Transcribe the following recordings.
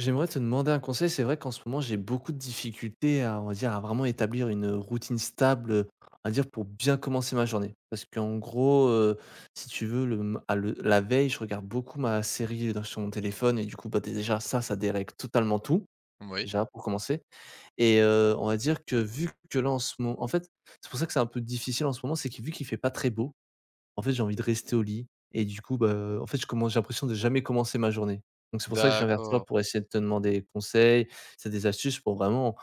J'aimerais te demander un conseil. C'est vrai qu'en ce moment, j'ai beaucoup de difficultés à, on va dire, à vraiment établir une routine stable, on va dire pour bien commencer ma journée. Parce qu'en gros, si tu veux, le m à le la veille, je regarde beaucoup ma série dans sur mon téléphone et du coup, bah, déjà ça dérègle totalement tout, Oui, déjà pour commencer et on va dire que vu que là, en ce moment, en fait, c'est pour ça que c'est un peu difficile en ce moment, c'est que vu qu'il fait pas très beau en fait, j'ai envie de rester au lit et du coup, bah, en fait, je commence j'ai l'impression de jamais commencer ma journée. Donc c'est pour ça que je viens vers toi d'accord. pour essayer de te demander des conseils, si des astuces pour vraiment,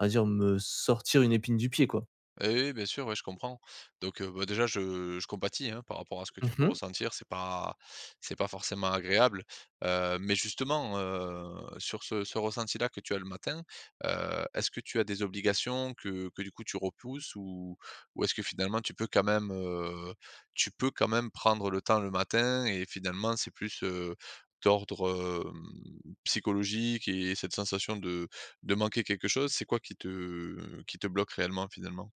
on va dire, me sortir une épine du pied, quoi. Eh oui, bien sûr, ouais, je comprends. Donc, bah, déjà, je compatis, hein, par rapport à ce que Mmh tu peux mh. ressentir. C'est pas forcément agréable, mais justement, sur ce ressenti-là que tu as le matin. Est-ce que tu as des obligations que du coup tu repousses, ou est-ce que finalement tu peux quand même, tu peux quand même prendre le temps le matin et finalement c'est plus, d'ordre psychologique, et cette sensation de manquer quelque chose? C'est quoi qui te bloque réellement, finalement?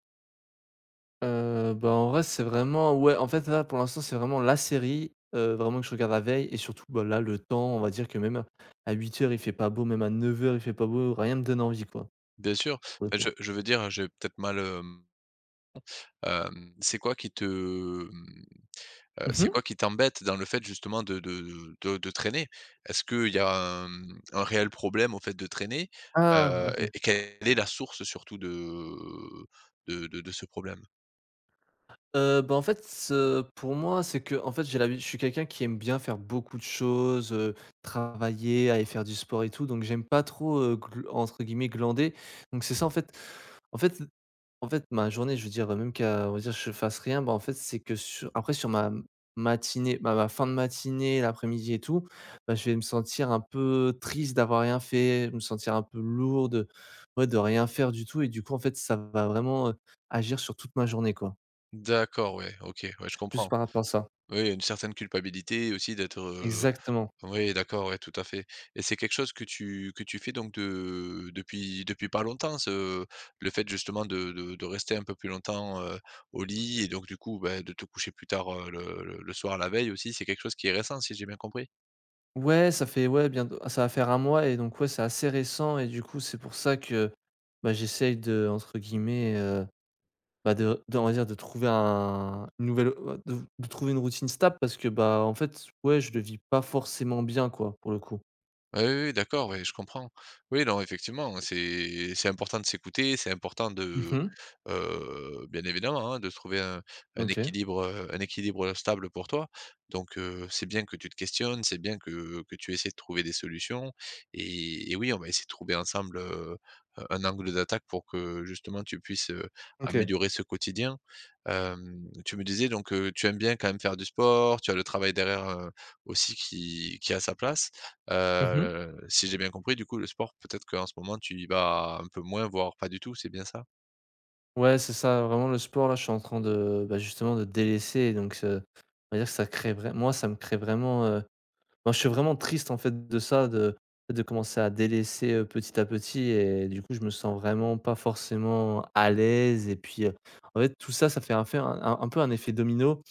Bah, en vrai, c'est vraiment ouais, en fait, là, pour l'instant, c'est vraiment la série, vraiment que je regarde la veille et surtout, bah, là, le temps, on va dire que même à 8 heures, il fait pas beau, même à 9 heures, il fait pas beau, rien me donne envie, quoi, Bien sûr. pour le Bah, je coup. je veux dire, j'ai peut-être mal, hem, c'est quoi qui te, hem, c'est Mmh. quoi qui t'embête dans le fait justement de traîner? Est-ce qu'il y a un réel problème au fait de traîner? Ah! Heu et OK. et quelle est la source surtout de ce problème? Bah, en fait, pour moi, c'est que en fait, j'ai l'habi je suis quelqu'un qui aime bien faire beaucoup de choses, travailler, aller faire du sport et tout, donc j'aime pas trop, gl entre guillemets «glander». Donc c'est ça, en fait en fait, ma journée, je veux dire, même qu'à on va dire je fasse rien, bah, en fait, c'est que sur ma matinée, bah, ma fin de matinée, l'après-midi et tout, bah, je vais me sentir un peu triste d'avoir rien fait, me sentir un peu lourd de ouais, de rien faire du tout et du coup, en fait, ça va vraiment, agir sur toute ma journée, quoi. D'accord, ouais, OK, ouais, je Juste comprends. par rapport à ça. Oui, une certaine culpabilité aussi d'être, Exactement. oui, d'accord, ouais, tout à fait. Et c'est quelque chose que tu fais donc de depuis depuis pas longtemps, ce le fait justement de rester un peu plus longtemps, au lit, et donc du coup, bah, de te coucher plus tard, le soir la veille aussi? C'est quelque chose qui est récent, si j'ai bien compris? Ouais, ça fait ouais, bientôt ça va faire un mois et donc ouais, c'est assez récent et du coup, c'est pour ça que, bah, j'essaye de, entre guillemets, bah, de on va dire de trouver un une nouvelle, de trouver une routine stable parce que, bah, en fait, ouais, je le vis pas forcément bien, quoi, pour le coup. Ah oui, oui, d'accord, ouais, je comprends. Oui, non, effectivement, hein, c'est important de s'écouter, c'est important de, Mmh. Bien évidemment, hein, de trouver un OK. équilibre, un équilibre stable pour toi. Donc, c'est bien que tu te questionnes, c'est bien que tu essaies de trouver des solutions, et oui, on va essayer de trouver ensemble, un angle d'attaque pour que justement tu puisses, OK. améliorer ce quotidien. Tu me disais donc, tu aimes bien quand même faire du sport. Tu as le travail derrière, aussi, qui a sa place. Mmh. Si j'ai bien compris, du coup, le sport, peut-être qu'en ce moment tu y vas un peu moins, voire pas du tout, c'est bien ça? Ouais, c'est ça, vraiment le sport, là, je suis en train de, bah, justement de délaisser donc, on va dire que ça crée vrai moi, ça me crée vraiment, moi, je suis vraiment triste, en fait, de ça, de commencer à délaisser, petit à petit et du coup, je me sens vraiment pas forcément à l'aise et puis, en fait, tout ça, ça fait un peu un effet domino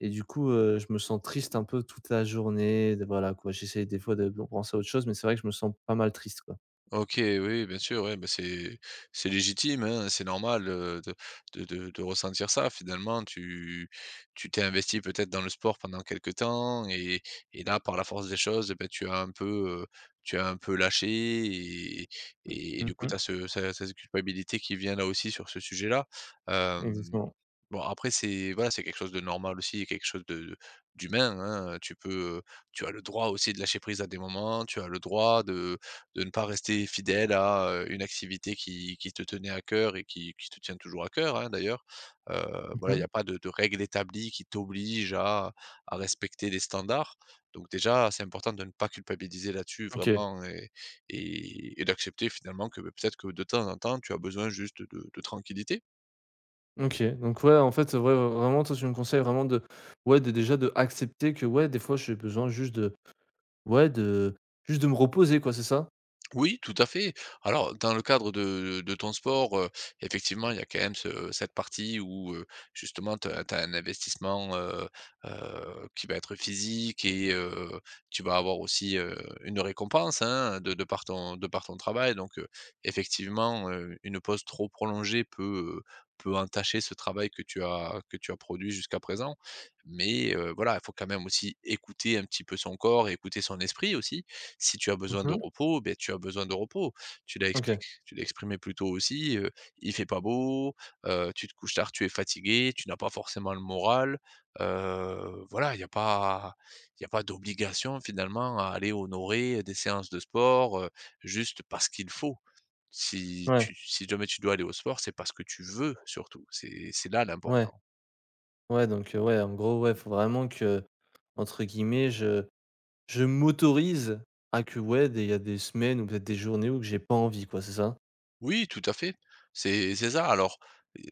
et du coup, je me sens triste un peu toute la journée, de voilà, quoi. J'essaye des fois de penser à autre chose, mais c'est vrai que je me sens pas mal triste, quoi. OK, oui, bien sûr, ouais. Bah, c'est légitime, hein, c'est normal, de ressentir ça. Finalement, tu t'es investi peut-être dans le sport pendant quelque temps, et là, par la force des choses, bah, tu as un peu, tu as un peu lâché, et et du coup, Mmh. tu as ce ce cette culpabilité qui vient là aussi sur ce sujet-là. Hem Exactement. Bon, après, c'est voilà, c'est quelque chose de normal aussi, et quelque chose de d'humain, hein. Tu peux, tu as le droit aussi de lâcher prise à des moments. Tu as le droit de ne pas rester fidèle à, une activité qui te tenait à cœur et qui te tient toujours à cœur, hein, d'ailleurs. Voilà, il y Mmh. a pas de règle établie qui t'oblige à respecter des standards. Donc déjà, c'est important de ne pas culpabiliser là-dessus OK. vraiment, et d'accepter finalement que, beh, peut-être que de temps en temps, tu as besoin juste de tranquillité. OK. Donc ouais, en fait, ouais, vraiment, toi, tu me conseilles vraiment de ouais, de déjà, d'accepter que, ouais, des fois, j'ai besoin juste de ouais, de juste de me reposer quoi, c'est ça? Oui, tout à fait. Alors, dans le cadre de ton sport, effectivement, il y a quand même ce cette partie où, justement, tu as un investissement, qui va être physique, et tu vas avoir aussi, une récompense, hein, de par ton travail. Donc, effectivement, une pause trop prolongée peut entacher ce travail que tu as produit jusqu'à présent. Mais, voilà, il faut quand même aussi écouter un petit peu son corps et écouter son esprit aussi. Si tu as besoin de Mmh. repos, ben tu as besoin de repos. Tu l'as OK. expliqué tu l'as exprimé plus tôt aussi, il fait pas beau, tu te couches tard, tu es fatigué, tu n'as pas forcément le moral, voilà, il n'y a pas d'obligation finalement à aller honorer des séances de sport, juste parce qu'il faut. Si Ouais, tu si jamais tu dois aller au sport, c'est parce que tu veux, surtout. C'est là ouais, l'important. ouais, donc ouais, en gros, ouais, faut vraiment que entre guillemets, je «m'autorise» à que ouais, des il y a des semaines ou peut-être des journées où que j'ai pas envie quoi, c'est ça? Oui, tout à fait. C'est ça. Alors, heu,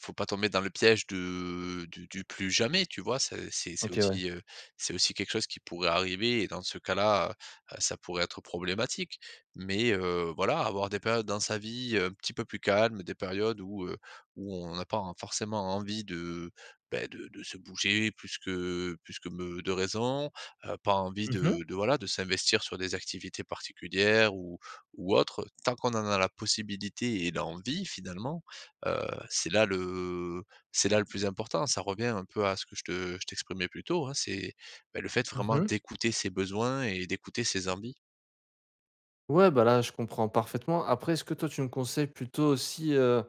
faut pas tomber dans le piège de du plus jamais, tu vois? C'est c'est c'est OK, ouais. aussi, heu, c'est aussi quelque chose qui pourrait arriver, et dans ce cas-là, ça pourrait être problématique. Mais, voilà, avoir des périodes dans sa vie un petit peu plus calmes, des périodes où on n'a pas en forcément envie beh, de se bouger plus que me de raison, pas envie Mmh de mh. de voilà, de s'investir sur des activités particulières, ou autre, tant qu'on en a la possibilité et l'envie finalement, heu, c'est là le c'est là le plus important. Ça revient un peu à ce que je t'exprimais plus tôt, hein, c'est, bah, le fait vraiment Mmh. d'écouter ses besoins et d'écouter ses envies. Ouais, bah, là, je comprends parfaitement. Après, est-ce que toi, tu me conseilles plutôt aussi,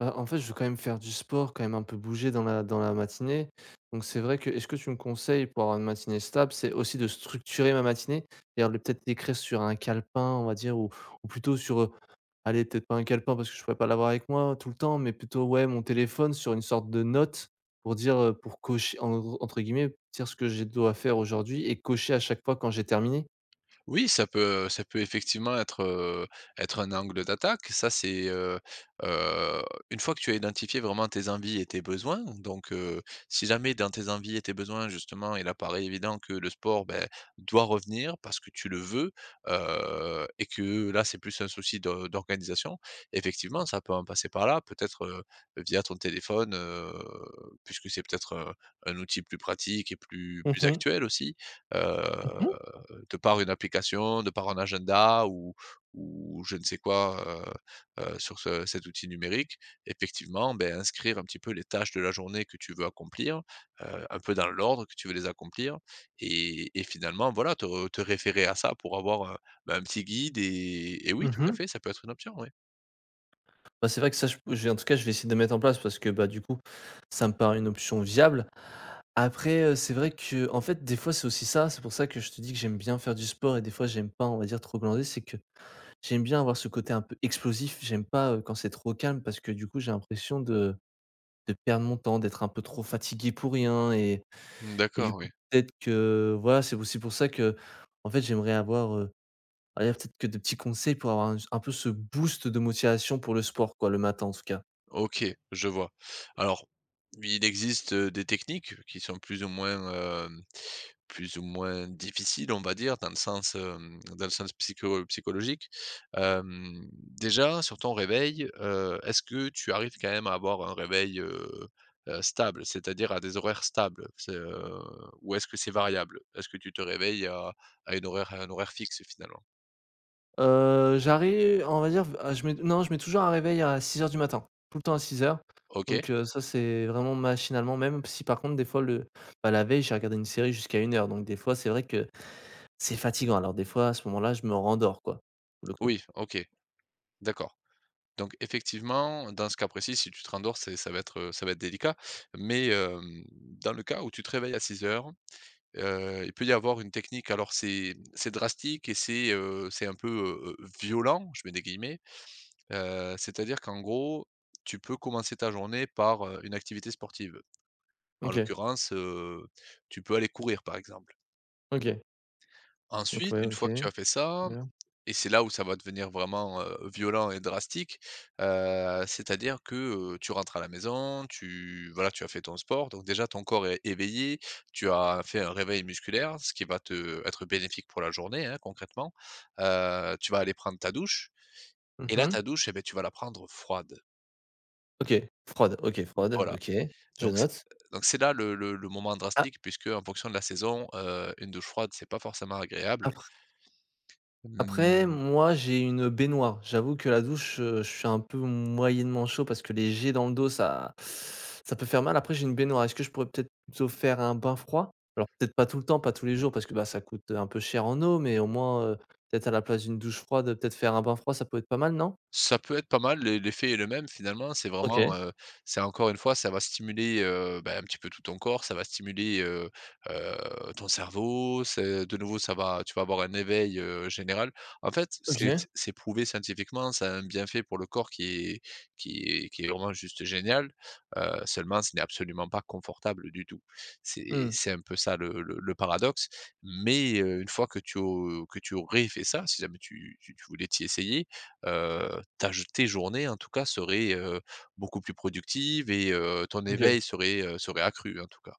bah, en fait, je veux quand même faire du sport, quand même un peu bouger dans la matinée. Donc c'est vrai que est-ce que tu me conseilles pour avoir une matinée stable, c'est aussi de structurer ma matinée, c'est-à-dire de peut-être l'écrire sur un calepin, on va dire, ou plutôt sur, allez, peut-être pas un calepin parce que je pourrais pas l'avoir avec moi tout le temps, mais plutôt, ouais, mon téléphone sur une sorte de note pour dire, pour cocher en gros entre guillemets, dire ce que je dois faire aujourd'hui et cocher à chaque fois quand j'ai terminé? Oui, ça peut effectivement être un angle d'attaque. Heu, une fois que tu as identifié vraiment tes envies et tes besoins, donc, si jamais dans tes envies et tes besoins, justement, il apparaît évident que le sport, beh, doit revenir parce que tu le veux, et que là, c'est plus un souci de d'organisation, effectivement, ça peut en passer par là, peut-être, via ton téléphone, puisque c'est peut-être, un outil plus pratique et plus Mmh plus mh. actuel aussi, heu Mmh. de par une application, de par un agenda, ou je ne sais quoi, sur ce cet outil numérique. Effectivement, ben inscrire un petit peu les tâches de la journée que tu veux accomplir, un peu dans l'ordre que tu veux les accomplir, et finalement, voilà, te référer à ça pour avoir, bah, un petit guide, et oui, tout à Mmh. fait, ça peut être une option, oui. Bah, c'est vrai que ça, je vais essayer de mettre en place parce que, bah, du coup, ça me paraît une option viable. Après, c'est vrai que, en fait, des fois, c'est aussi ça. C'est pour ça que je te dis que j'aime bien faire du sport et des fois, j'aime pas, on va dire, trop glander. C'est que j'aime bien avoir ce côté un peu explosif. J'aime pas, quand c'est trop calme parce que, du coup, j'ai l'impression de perdre mon temps, d'être un peu trop fatigué pour rien et Mmh, et du d'accord, coup, oui. peut-être que, voilà, c'est aussi pour ça que en fait, j'aimerais avoir, on va dire, peut-être que de petits conseils pour avoir un peu ce boost de motivation pour le sport, quoi, le matin, en tout cas. OK, je vois. Alors, il existe, des techniques qui sont plus ou moins, difficiles, on va dire, dans le sens psychologique. Déjà, sur ton réveil, est-ce que tu arrives quand même à avoir un réveil, stable? C'est-à-dire à des horaires stables? Ou est-ce que c'est variable? Est-ce que tu te réveilles à une horaire à un horaire fixe, finalement? J'arrive, on va dire, ah je mets non, je mets toujours un réveil à 6 heures du matin, tout le temps à 6 heures OK. donc ça, c'est vraiment machinalement, même si par contre des fois le bah, la veille, j'ai regardé une série jusqu'à 1 heure donc des fois, c'est vrai que c'est fatigant. Alors des fois, à ce moment-là, je me rendors quoi, pour le coup. Oui, OK, d'accord. Donc effectivement, dans ce cas précis, si tu te rendors, c'est ça va être délicat. Mais, dans le cas où tu te réveilles à 6:00, il peut y avoir une technique. Alors, c'est drastique et c'est un peu, «violent», je mets des guillemets, c'est-à-dire qu'en gros, tu peux commencer ta journée par, une activité sportive. En OK, l'occurrence, tu peux aller courir, par exemple. OK, donc Ensuite, ouais, une OK, fois que tu as fait ça, bien. et c'est là où ça va devenir vraiment, violent et drastique, c'est-à-dire que, tu rentres à la maison, tu voilà, tu as fait ton sport, donc déjà ton corps est éveillé, tu as fait un réveil musculaire, ce qui va te être bénéfique pour la journée, hein, concrètement. Tu vas aller prendre ta douche, et là, Mmh. ta douche, eh ben tu vas la prendre froide. OK, Freud, OK, Freud, Voilà, OK, je donc c'est note. donc c'est là le moment Ah, drastique, puisque en fonction de la saison, une douche froide, c'est pas forcément agréable. ah. Après, Mmh. moi, j'ai une baignoire. J'avoue que la douche, je suis un peu moyennement chaud parce que les jets dans le dos, ça peut faire mal. Après, j'ai une baignoire. Est-ce que je pourrais peut-être plutôt faire un bain froid? Alors peut-être pas tout le temps, pas tous les jours parce que, bah, ça coûte, un peu cher en eau, mais au moins, peut-être à la place d'une douche froide, peut-être faire un bain froid, ça peut être pas mal, non? Ça peut être pas mal, l'effet est le même finalement, c'est vraiment, OK, heu, c'est encore une fois, ça va stimuler, bah, un petit peu tout ton corps, ça va stimuler, heu, ton cerveau, c'est de nouveau ça va tu vas avoir un éveil, général. En fait, c'est OK. c'est prouvé scientifiquement, ça a un bienfait pour le corps qui est vraiment juste génial, seulement ce n'est absolument pas confortable du tout. C'est Mmh, c'est un peu ça, le paradoxe, mais une fois que tu au que tu aurais fait ça, si jamais tu voulais t'y essayer, ta j tes journées en tout cas seraient, beaucoup plus productives, et ton OK. éveil serait accru en tout cas.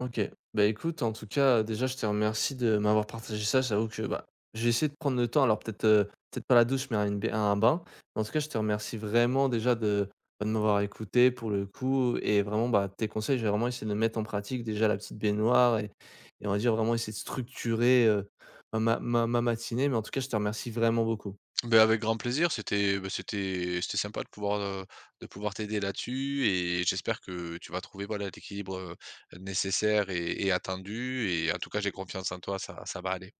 OK. Bah, écoute, en tout cas, déjà, je te remercie de m'avoir partagé ça. J'avoue que, bah, j'ai essayé de prendre le temps, alors peut-être, peut-être pas la douche, mais un une b un bain. Mais en tout cas, je te remercie vraiment déjà de, bah, de m'avoir écouté pour le coup et vraiment, bah, tes conseils, j'ai vraiment essayé de mettre en pratique. Déjà la petite baignoire et on va dire vraiment essayer de structurer, ma matinée, mais en tout cas, je te remercie vraiment beaucoup. Beh, avec grand plaisir, beh, c'était sympa de pouvoir t'aider là-dessus, et j'espère que tu vas trouver, voilà, l'équilibre, nécessaire et attendu, et en tout cas j'ai confiance en toi, ça va aller.